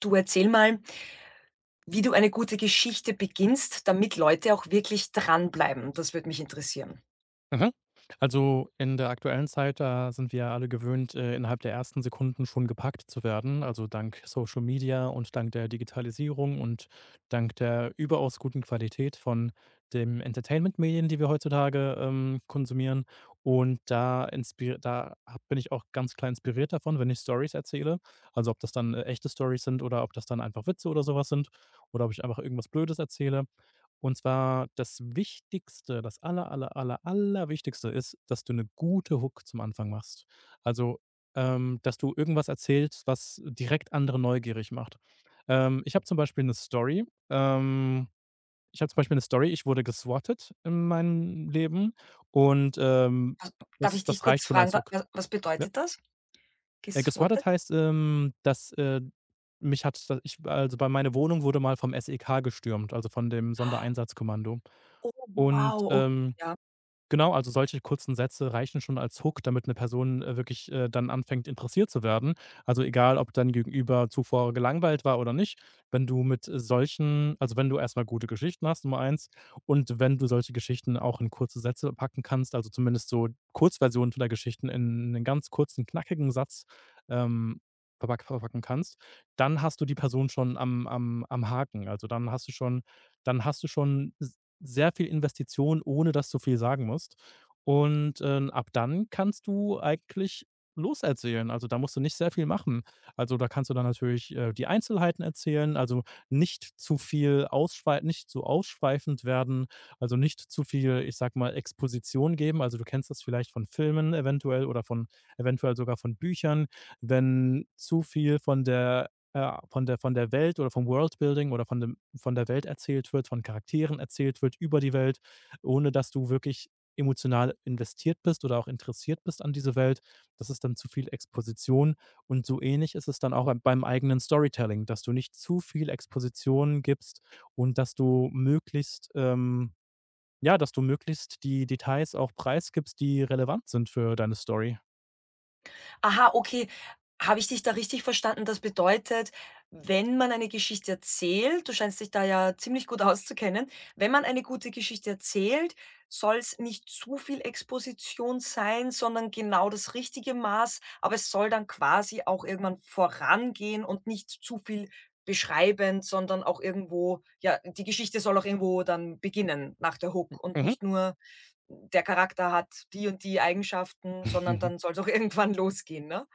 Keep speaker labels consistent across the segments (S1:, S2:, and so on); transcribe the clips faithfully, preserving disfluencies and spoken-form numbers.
S1: Du erzähl mal, wie du eine gute Geschichte beginnst, damit Leute auch wirklich dranbleiben. Das würde mich interessieren.
S2: Mhm. Also, in der aktuellen Zeit, da sind wir ja alle gewöhnt, äh, innerhalb der ersten Sekunden schon gepackt zu werden. Also, dank Social Media und dank der Digitalisierung und dank der überaus guten Qualität von dem Entertainment-Medien, die wir heutzutage, ähm, konsumieren. Und da inspir da ha bin ich auch ganz klar inspiriert davon, wenn ich Stories erzähle. Also, ob das dann, äh, echte Storys sind oder ob das dann einfach Witze oder sowas sind oder ob ich einfach irgendwas Blödes erzähle. Und zwar das Wichtigste, das aller, aller, aller, Allerwichtigste ist, dass du eine gute Hook zum Anfang machst. Also, ähm, Dass du irgendwas erzählst, was direkt andere neugierig macht. Ähm, ich habe zum Beispiel eine Story ähm, ich habe zum Beispiel eine Story, ich wurde geswattet in meinem Leben und, ähm,
S1: Was darf ich
S2: das
S1: dich
S2: das
S1: kurz
S2: reicht schon
S1: fragen,
S2: als
S1: wa
S2: Hook.
S1: wa was
S2: Ja.
S1: bedeutet das?
S2: Äh, geswattet
S1: Geswottet?
S2: heißt, ähm, dass, äh, mich hat da ich also, bei meine Wohnung wurde mal vom S E K gestürmt, also, von dem Sondereinsatzkommando. Und,
S1: Wow, okay.
S2: ähm Genau, also solche kurzen Sätze reichen schon als Hook, damit eine Person, äh, wirklich, äh, dann anfängt, interessiert zu werden. Also, egal, ob dein Gegenüber zuvor gelangweilt war oder nicht, wenn du mit solchen also, wenn du erstmal gute Geschichten hast, Nummer eins, und wenn du solche Geschichten auch in kurze Sätze packen kannst, also zumindest so Kurzversionen von der Geschichten in einen ganz kurzen, knackigen Satz, ähm, verpack verpacken kannst, dann hast du die Person schon am am am Haken. Also, dann hast du schon dann hast du schon sehr viel Investition, ohne dass du viel sagen musst. Und, ähm, ab dann kannst du eigentlich loserzählen. Also, da musst du nicht sehr viel machen. Also, da kannst du dann natürlich, äh, die Einzelheiten erzählen, also nicht zu viel ausschwei nicht zu ausschweifend werden, also nicht zu viel, ich sage mal, Exposition geben. Also, du kennst das vielleicht von Filmen eventuell oder von eventuell sogar von Büchern. Wenn zu viel von der äh, von der von der Welt oder vom Worldbuilding oder von dem von der Welt erzählt wird, von Charakteren erzählt wird über die Welt, ohne dass du wirklich emotional investiert bist oder auch interessiert bist an diese Welt. Das ist dann zu viel Exposition und so ähnlich ist es dann auch beim beim eigenen Storytelling, dass du nicht zu viel Exposition gibst und dass du möglichst, ähm ja, dass du möglichst die Details auch preisgibst, die relevant sind für deine Story.
S1: Aha, okay. Habe ich dich da richtig verstanden? Das bedeutet, wenn man eine Geschichte erzählt, du scheinst dich da ja ziemlich gut auszukennen, wenn man eine gute Geschichte erzählt, soll es nicht zu viel Exposition sein, sondern genau das richtige Maß, aber es soll dann quasi auch irgendwann vorangehen und nicht zu viel beschreibend, sondern auch irgendwo ja, die Geschichte soll auch irgendwo dann beginnen nach der Hook und
S2: Mhm.
S1: nicht nur der Charakter hat die und die Eigenschaften, sondern dann soll es auch irgendwann losgehen, ne?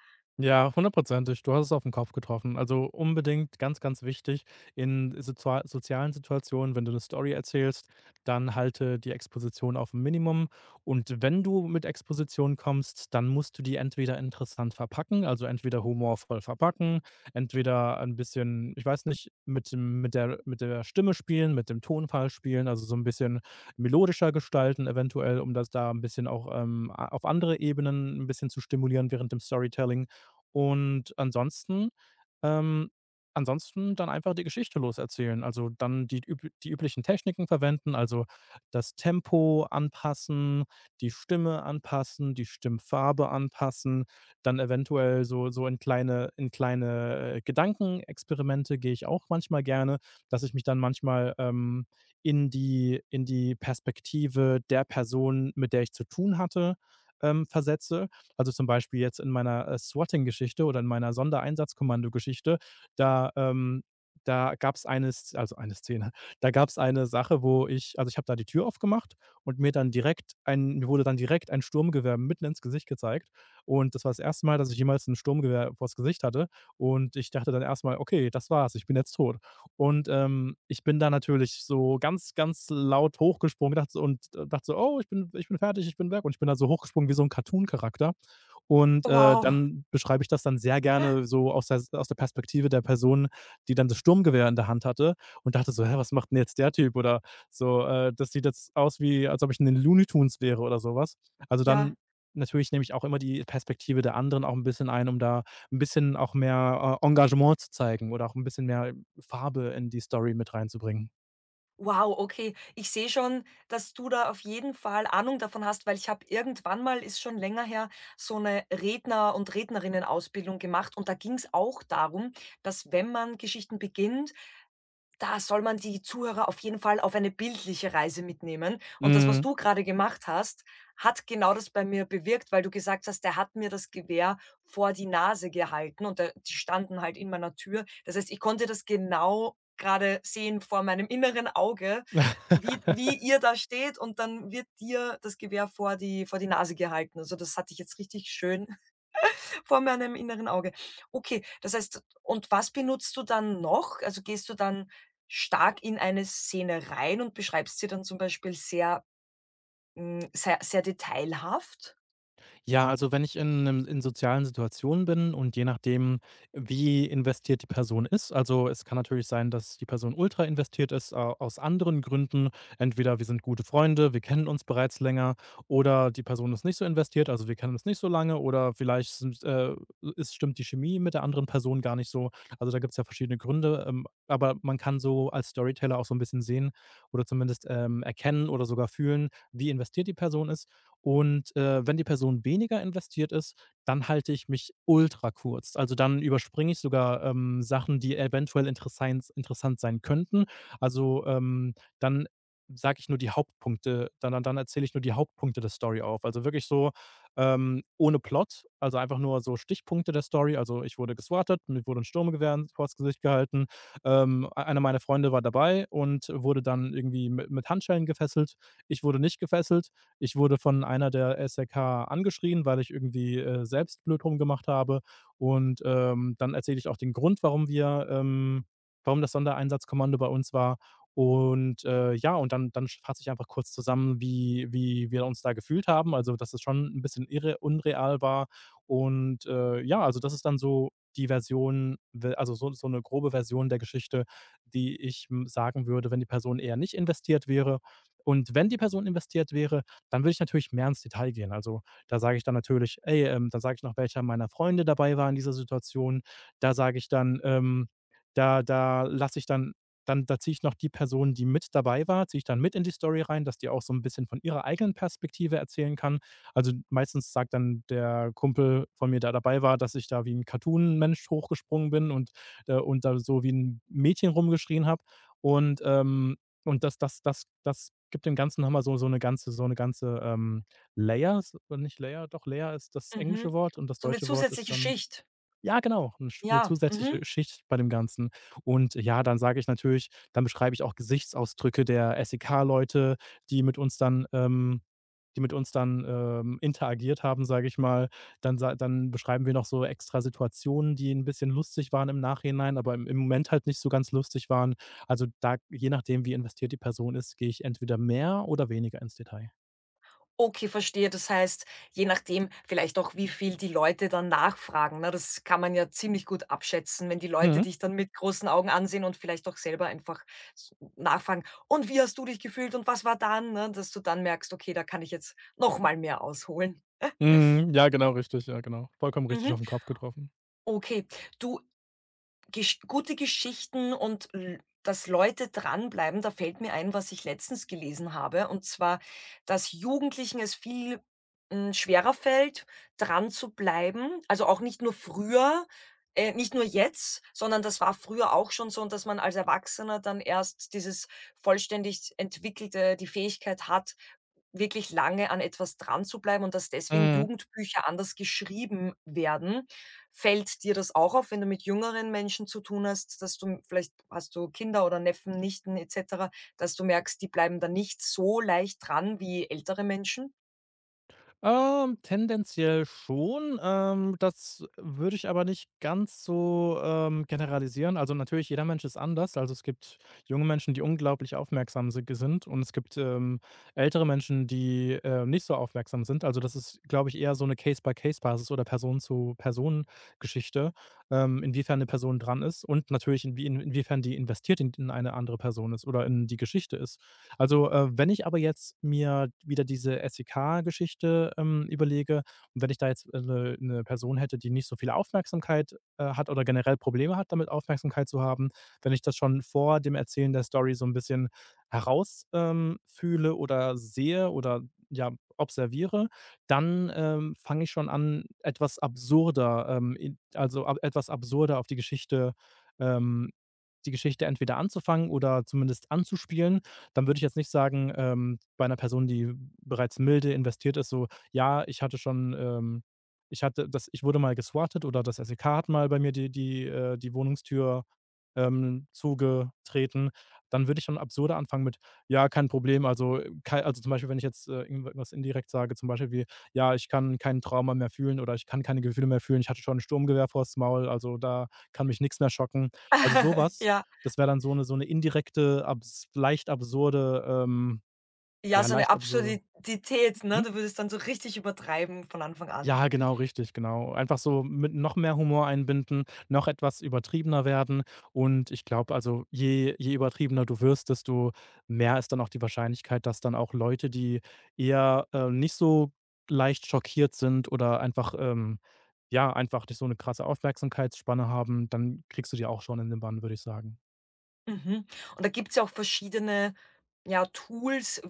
S2: Ja, hundertprozentig. Du hast es auf den Kopf getroffen. Also unbedingt ganz, ganz wichtig in sozia sozialen Situationen, wenn du eine Story erzählst, dann halte die Exposition auf 'n Minimum. Und wenn du mit Exposition kommst, dann musst du die entweder interessant verpacken, also entweder humorvoll verpacken, entweder ein bisschen, ich weiß nicht, mit dem mit der mit der Stimme spielen, mit dem Tonfall spielen, also so ein bisschen melodischer gestalten eventuell, um das da ein bisschen auch, ähm, a auf andere Ebenen ein bisschen zu stimulieren während dem Storytelling. Und ansonsten ähm, ansonsten dann einfach die Geschichte loserzählen. Also, dann die üb die üblichen Techniken verwenden, also, das Tempo anpassen, die Stimme anpassen, die Stimmfarbe anpassen, dann eventuell so so in kleine in kleine, äh, Gedankenexperimente gehe ich auch manchmal gerne, dass ich mich dann manchmal, ähm, in die in die Perspektive der Person, mit der ich zu tun hatte, ähm, versetze. Also, zum Beispiel jetzt in meiner, äh, Swatting-Geschichte oder in meiner Sondereinsatzkommando-Geschichte, da, ähm da gab's eine Sz also eine Szene. Da gab es eine Sache, wo ich also, ich habe da die Tür aufgemacht und mir dann direkt ein mir wurde dann direkt ein Sturmgewehr mitten ins Gesicht gezeigt. Und das war das erste Mal, dass ich jemals ein Sturmgewehr vors Gesicht hatte. Und ich dachte dann erstmal: „Okay, das war's, ich bin jetzt tot.“ Und, ähm, ich bin da natürlich so ganz, ganz laut hochgesprungen, dachte so und äh, dachte so: „Oh, ich bin ich bin fertig, ich bin weg.“ Und ich bin da so hochgesprungen wie so ein Cartoon-Charakter und, äh,
S1: Wow,
S2: dann beschreibe ich das dann sehr gerne so aus der aus der Perspektive der Person, die dann das Sturmgewehr in der Hand hatte und dachte so: „Hä, was macht 'n jetzt der Typ?“ Oder so, äh: „Das sieht jetzt aus wie als ob ich in den Looney Tunes wäre“ oder sowas. Also, dann
S1: ja.
S2: natürlich nehme ich auch immer die Perspektive der anderen auch ein bisschen ein, um da ein bisschen auch mehr, äh, Engagement zu zeigen oder auch ein bisschen mehr Farbe in die Story mit reinzubringen.
S1: Wow, okay. Ich sehe schon, dass du da auf jeden Fall Ahnung davon hast, weil ich habe irgendwann mal, ist schon länger her, so eine Redner und Rednerinnen-Ausbildung gemacht und da ging es auch darum, dass wenn man Geschichten beginnt, da soll man die Zuhörer auf jeden Fall auf eine bildliche Reise mitnehmen. Und das, was
S2: Mhm.
S1: du gerade gemacht hast, hat genau das bei mir bewirkt, weil du gesagt hast: „Der hat mir das Gewehr vor die Nase gehalten und da die standen halt in meiner Tür.“ Das heißt, ich konnte das genau gerade sehen vor meinem inneren Auge, wie wie ihr da steht und dann wird dir das Gewehr vor die vor die Nase gehalten. Also, das hatte ich jetzt richtig schön vor meinem inneren Auge. Okay, das heißt und was benutzt du dann noch? Also, gehst du dann stark in eine Szene rein und beschreibst sie dann zum Beispiel sehr hm, sehr sehr detailhaft?
S2: Ja, also wenn ich in 'nem in sozialen Situationen bin und je nachdem, wie investiert die Person ist also, es kann natürlich sein, dass die Person ultra investiert ist, a aus anderen Gründen. Entweder wir sind gute Freunde, wir kennen uns bereits länger oder die Person ist nicht so investiert, also, wir kennen uns nicht so lange oder vielleicht sind, äh ist stimmt die Chemie mit der anderen Person gar nicht so. Also, da gibt's ja verschiedene Gründe, ähm, aber man kann so als Storyteller auch so ein bisschen sehen oder zumindest, ähm, erkennen oder sogar fühlen, wie investiert die Person ist. Und, äh, wenn die Person weniger investiert ist, dann halte ich mich ultra kurz. Also, dann überspringe ich sogar, ähm, Sachen, die eventuell interesseins interessant sein könnten. Also, ähm, dann sage ich nur die Hauptpunkte dann dann dann erzähle ich nur die Hauptpunkte der Story auf. Also, wirklich so, ähm, ohne Plot, also einfach nur so Stichpunkte der Story. Also, ich wurde geswattet, mir wurde ein Sturmgewehr vors Gesicht gehalten. Ähm, ei Einer meiner Freunde war dabei und wurde dann irgendwie mi mit Handschellen gefesselt. Ich wurde nicht gefesselt. Ich wurde von einer der S E K angeschrien, weil ich irgendwie, äh, selbst blöd rumgemacht habe. Und, ähm, dann erzähle ich auch den Grund, warum wir ähm, warum das Sondereinsatzkommando bei uns war. Und, äh, ja, und dann dann fasse ich einfach kurz zusammen, wie wie wir uns da gefühlt haben, also, dass es schon ein bisschen irre unreal war. Und, äh, ja, also, das ist dann so die Version we also, so so eine grobe Version der Geschichte, die ich, hm, sagen würde, wenn die Person eher nicht investiert wäre. Und wenn die Person investiert wäre, dann würde ich natürlich mehr ins Detail gehen. Also, da sage ich dann natürlich: „Ey, ähm“ da sage ich noch, welcher meiner Freunde dabei war in dieser Situation. Da sage ich dann, ähm da da lasse ich dann dann da ziehe ich noch die Person, die mit dabei war ziehe ich dann mit in die Story rein, dass die auch so ein bisschen von ihrer eigenen Perspektive erzählen kann. Also, meistens sagt dann der Kumpel von mir, der dabei war, dass ich da wie ein Cartoon-Mensch hochgesprungen bin und, äh und da so wie ein Mädchen rumgeschrien habe. Und, ähm, und das das das das gibt dem Ganzen nochmal so so eine ganze so eine ganze, ähm, Layers und nicht Layer doch, Layer ist das englische
S1: Mhm.
S2: Wort und das
S1: So eine
S2: deutsche Wort ist
S1: zusätzliche
S2: dann
S1: Schicht.
S2: ja, genau, eine sch 'ne
S1: Ja,
S2: zusätzliche
S1: mhm.
S2: Schicht bei dem Ganzen. Und ja, dann sage ich natürlich dann beschreibe ich auch Gesichtsausdrücke der S E K-Leute, die mit uns dann, ähm die mit uns dann, ähm, interagiert haben, sage ich mal. Dann sa dann beschreiben wir noch so extra Situationen, die ein bisschen lustig waren im Nachhinein, aber im im Moment halt nicht so ganz lustig waren. Also, da je nachdem, wie investiert die Person ist, gehe ich entweder mehr oder weniger ins Detail.
S1: Okay, verstehe. Das heißt, je nachdem vielleicht auch, wie viel die Leute dann nachfragen, ne? Das kann man ja ziemlich gut abschätzen, wenn die Leute
S2: Mhm.
S1: dich dann mit großen Augen ansehen und vielleicht auch selber einfach s nachfragen: „Und wie hast du dich gefühlt und was war dann?“, ne? Dass du dann merkst: „Okay, da kann ich jetzt noch mal mehr ausholen.“
S2: Mhm. Ja, genau richtig. Ja, genau. Vollkommen richtig auf
S1: Mhm.
S2: den Kopf getroffen.
S1: Okay, du Gesch gute Geschichten und l dass Leute dranbleiben, da fällt mir ein, was ich letztens gelesen habe, und zwar, dass Jugendlichen es viel, hm, schwerer fällt, dran zu bleiben. Also, auch nicht nur früher, äh, nicht nur jetzt, sondern das war früher auch schon so und dass man als Erwachsener dann erst dieses vollständig entwickelte die Fähigkeit hat, wirklich lange an etwas dran zu bleiben und dass deswegen
S2: Mhm.
S1: Jugendbücher anders geschrieben werden. Fällt dir das auch auf, wenn du mit jüngeren Menschen zu tun hast, dass du vielleicht hast du Kinder oder Neffen, Nichten et cetera, dass du merkst, die bleiben da nicht so leicht dran wie ältere Menschen?
S2: Ähm, tendenziell schon. Ähm, das würde ich aber nicht ganz so, ähm, generalisieren. Also, natürlich, jeder Mensch ist anders. Also, es gibt junge Menschen, die unglaublich aufmerksam si sind und es gibt, ähm, ältere Menschen, die, äh, nicht so aufmerksam sind. Also, das ist, glaube ich, eher so eine Case-by-Case-Basis oder Person-zu-Person-Geschichte, ähm, inwiefern eine Person dran ist und natürlich inwie inwiefern die investiert in in eine andere Person ist oder in die Geschichte ist. Also, äh, wenn ich aber jetzt mir wieder diese S E K-Geschichte ähm, überlege und wenn ich da jetzt eine 'ne 'ne Person hätte, die nicht so viel Aufmerksamkeit, äh, hat oder generell Probleme hat, damit Aufmerksamkeit zu haben, wenn ich das schon vor dem Erzählen der Story so ein bisschen heraus ähm, fühle oder sehe oder, ja, observiere, dann, ähm, fange ich schon an, etwas absurder, ähm, in also, ab etwas absurder auf die Geschichte ähm, die Geschichte entweder anzufangen oder zumindest anzuspielen. Dann würde ich jetzt nicht sagen, ähm, bei einer Person, die bereits milde investiert ist, so: „Ja, ich hatte schon, ähm ich hatte das ich wurde mal geswattet“ oder das S E K hat mal bei mir die die, äh die Wohnungstür ähm, zugetreten, dann würde ich schon absurder anfangen mit: „Ja, kein Problem.“ Also, äh, kei also, zum Beispiel, wenn ich jetzt, äh, irgendwas indirekt sage, zum Beispiel wie: „Ja, ich kann kein Trauma mehr fühlen oder ich kann keine Gefühle mehr fühlen. Ich hatte schon 'n Sturmgewehr vors Maul, also, da kann mich nichts mehr schocken.“ Also, sowas,
S1: Ja.
S2: das wäre dann so 'ne so 'ne indirekte, abs leicht absurde, ähm
S1: Ja,
S2: ja,
S1: so eine
S2: leicht absurde.
S1: Absurdität, ne?
S2: Mhm.
S1: Du würdest dann so richtig übertreiben von Anfang an.
S2: Ja, genau, richtig, genau. Einfach so mit noch mehr Humor einbinden, noch etwas übertriebener werden. Und ich glaube, also je, je übertriebener du wirst, desto mehr ist dann auch die Wahrscheinlichkeit, dass dann auch Leute, die eher äh, nicht so leicht schockiert sind oder einfach, ähm, ja, einfach nicht so eine krasse Aufmerksamkeitsspanne haben, dann kriegst du die auch schon in den Bann, würde ich sagen.
S1: Mhm. Und da gibt's ja auch verschiedene, ja, Tools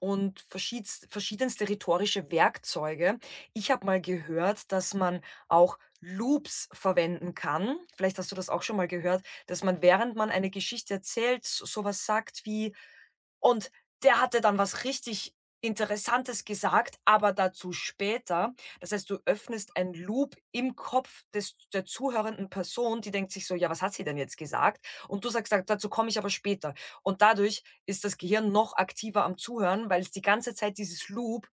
S1: und verschiedst verschiedenste rhetorische Werkzeuge. Ich habe mal gehört, dass man auch Loops verwenden kann. Vielleicht hast du das auch schon mal gehört, dass man, während man eine Geschichte erzählt, so was sagt wie: „Und der hatte dann was richtig Interessantes gesagt, aber dazu später.“ Das heißt, du öffnest ein Loop im Kopf des der zuhörenden Person, die denkt sich so: „Ja, was hat sie denn jetzt gesagt?“ Und du sagst da dazu komme ich aber später. Und dadurch ist das Gehirn noch aktiver am Zuhören, weil es die ganze Zeit dieses Loop,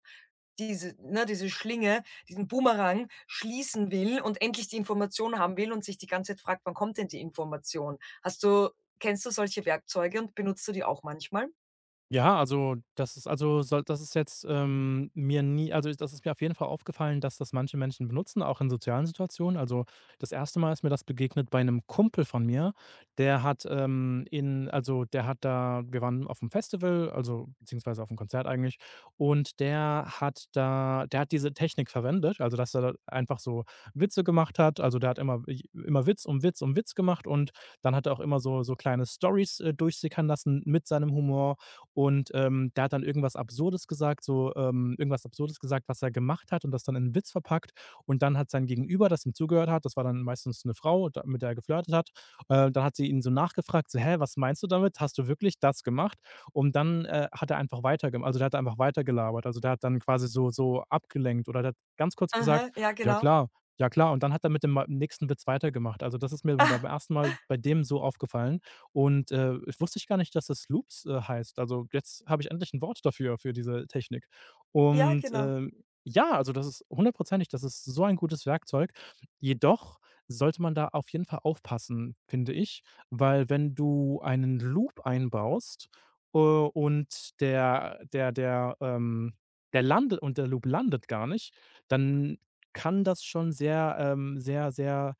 S1: diese ne, diese Schlinge, diesen Boomerang schließen will und endlich die Information haben will und sich die ganze Zeit fragt: „Wann kommt denn die Information?“ Hast du Kennst du solche Werkzeuge und benutzt du die auch manchmal?
S2: Ja, also das ist also soll das ist jetzt, ähm, mir nie also das ist mir auf jeden Fall aufgefallen, dass das manche Menschen benutzen, auch in sozialen Situationen. Also, das erste Mal ist mir das begegnet bei einem Kumpel von mir. Der hat, ähm, in also der hat da wir waren auf dem Festival, also beziehungsweise auf dem Konzert eigentlich, und der hat da der hat diese Technik verwendet, also dass er da einfach so Witze gemacht hat. Also, der hat immer immer Witz um Witz um Witz gemacht und dann hat er auch immer so so kleine Stories äh, durchsickern lassen mit seinem Humor, und, ähm, der hat dann irgendwas Absurdes gesagt, so, ähm irgendwas Absurdes gesagt, was er gemacht hat und das dann in einen Witz verpackt. Und dann hat sein Gegenüber, das ihm zugehört hat, das war dann meistens eine Frau, da mit der er geflirtet hat, äh, dann hat sie ihn so nachgefragt, so: „Hä, was meinst du damit? Hast du wirklich das gemacht?“ Und dann, äh, hat er einfach weitergemacht, also, der hat einfach weitergelabert. Also, der hat dann quasi so so abgelenkt oder der hat ganz kurz gesagt:
S1: Aha, ja,
S2: „Ja
S1: genau.
S2: klar, ja klar.“ Und dann hat er mit dem ma nächsten Witz weitergemacht. Also, das ist mir beim
S1: Ah,
S2: ersten Mal bei dem so aufgefallen. Und, äh, ich wusste ich gar nicht, dass das Loops, äh, heißt. Also, jetzt habe ich endlich ein Wort dafür, für diese Technik.
S1: ja,
S2: Und,
S1: genau.
S2: ähm, ja, also, das ist hundertprozentig, das ist so ein gutes Werkzeug. Jedoch sollte man da auf jeden Fall aufpassen, finde ich, weil wenn du einen Loop einbaust, äh, und der der der, ähm der landet, und der Loop landet gar nicht, dann kann das schon sehr, ähm sehr, sehr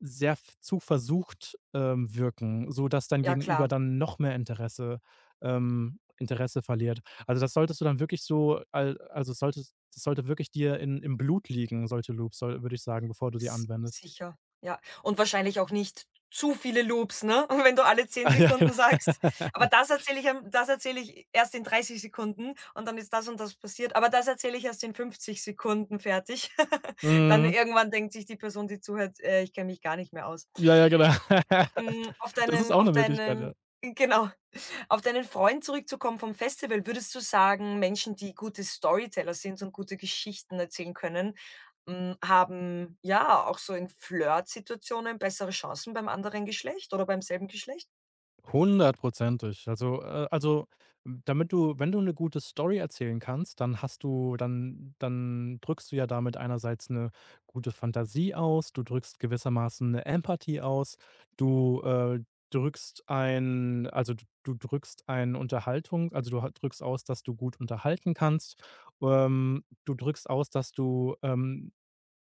S2: sehr v zu versucht, ähm, wirken, sodass dein
S1: Ja,
S2: Gegenüber
S1: klar.
S2: dann noch mehr Interesse, ähm, Interesse verliert. Also, das solltest du dann wirklich so, al also, solltest das sollte wirklich dir in im Blut liegen, solche Loops, soll würde ich sagen, bevor du die
S1: S
S2: anwendest.
S1: sicher, ja. Und wahrscheinlich auch nicht zu viele Loops, ne? Wenn du alle zehn
S2: Ah, ja, genau.
S1: Sekunden sagst: „Aber das erzähle ich am das erzähle ich erst in dreißig Sekunden und dann ist das und das passiert, aber das erzähle ich erst in fünfzig Sekunden fertig.“ Dann
S2: Mhm.
S1: irgendwann denkt sich die Person, die zuhört: „Äh, ich kenne mich gar nicht mehr aus.“
S2: Ja, ja, genau.
S1: Hm, auf
S2: Das ist
S1: deinen
S2: auch
S1: auf
S2: eine Möglichkeit, ja.
S1: deinen genau. Auf deinen Freund zurückzukommen vom Festival, würdest du sagen, Menschen, die gute Storyteller sind und gute Geschichten erzählen können, hm, haben, ja, auch so in Flirtsituationen bessere Chancen beim anderen Geschlecht oder beim selben Geschlecht?
S2: Hundertprozentig. Also, äh, also, damit du, wenn du eine gute Story erzählen kannst, dann hast du dann dann drückst du ja damit einerseits eine gute Fantasie aus, du drückst gewissermaßen eine Empathie aus, du, äh, drückst ein also, d du drückst ein Unterhaltung also, du ha drückst aus, dass du gut unterhalten kannst. Ähm, du drückst aus, dass du, ähm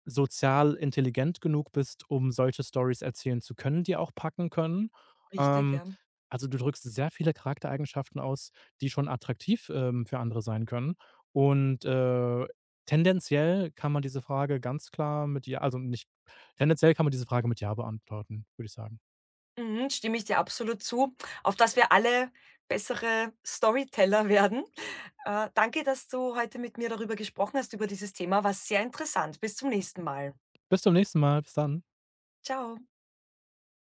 S2: sozial intelligent genug bist, um solche Stories erzählen zu können, die auch packen können.
S1: Richtig,
S2: Ähm,
S1: ja.
S2: also, du drückst sehr viele Charaktereigenschaften aus, die schon attraktiv, ähm, für andere sein können. Und, äh, tendenziell kann man diese Frage ganz klar mit ja, also, nicht tendenziell kann man diese Frage mit ja beantworten, würde ich sagen.
S1: Mhm, stimme ich dir absolut zu, auf dass wir alle bessere Storyteller werden. Äh, danke, dass du heute mit mir darüber gesprochen hast, über dieses Thema. War sehr interessant. Bis zum nächsten Mal.
S2: Bis zum nächsten Mal. Bis dann.
S1: Ciao.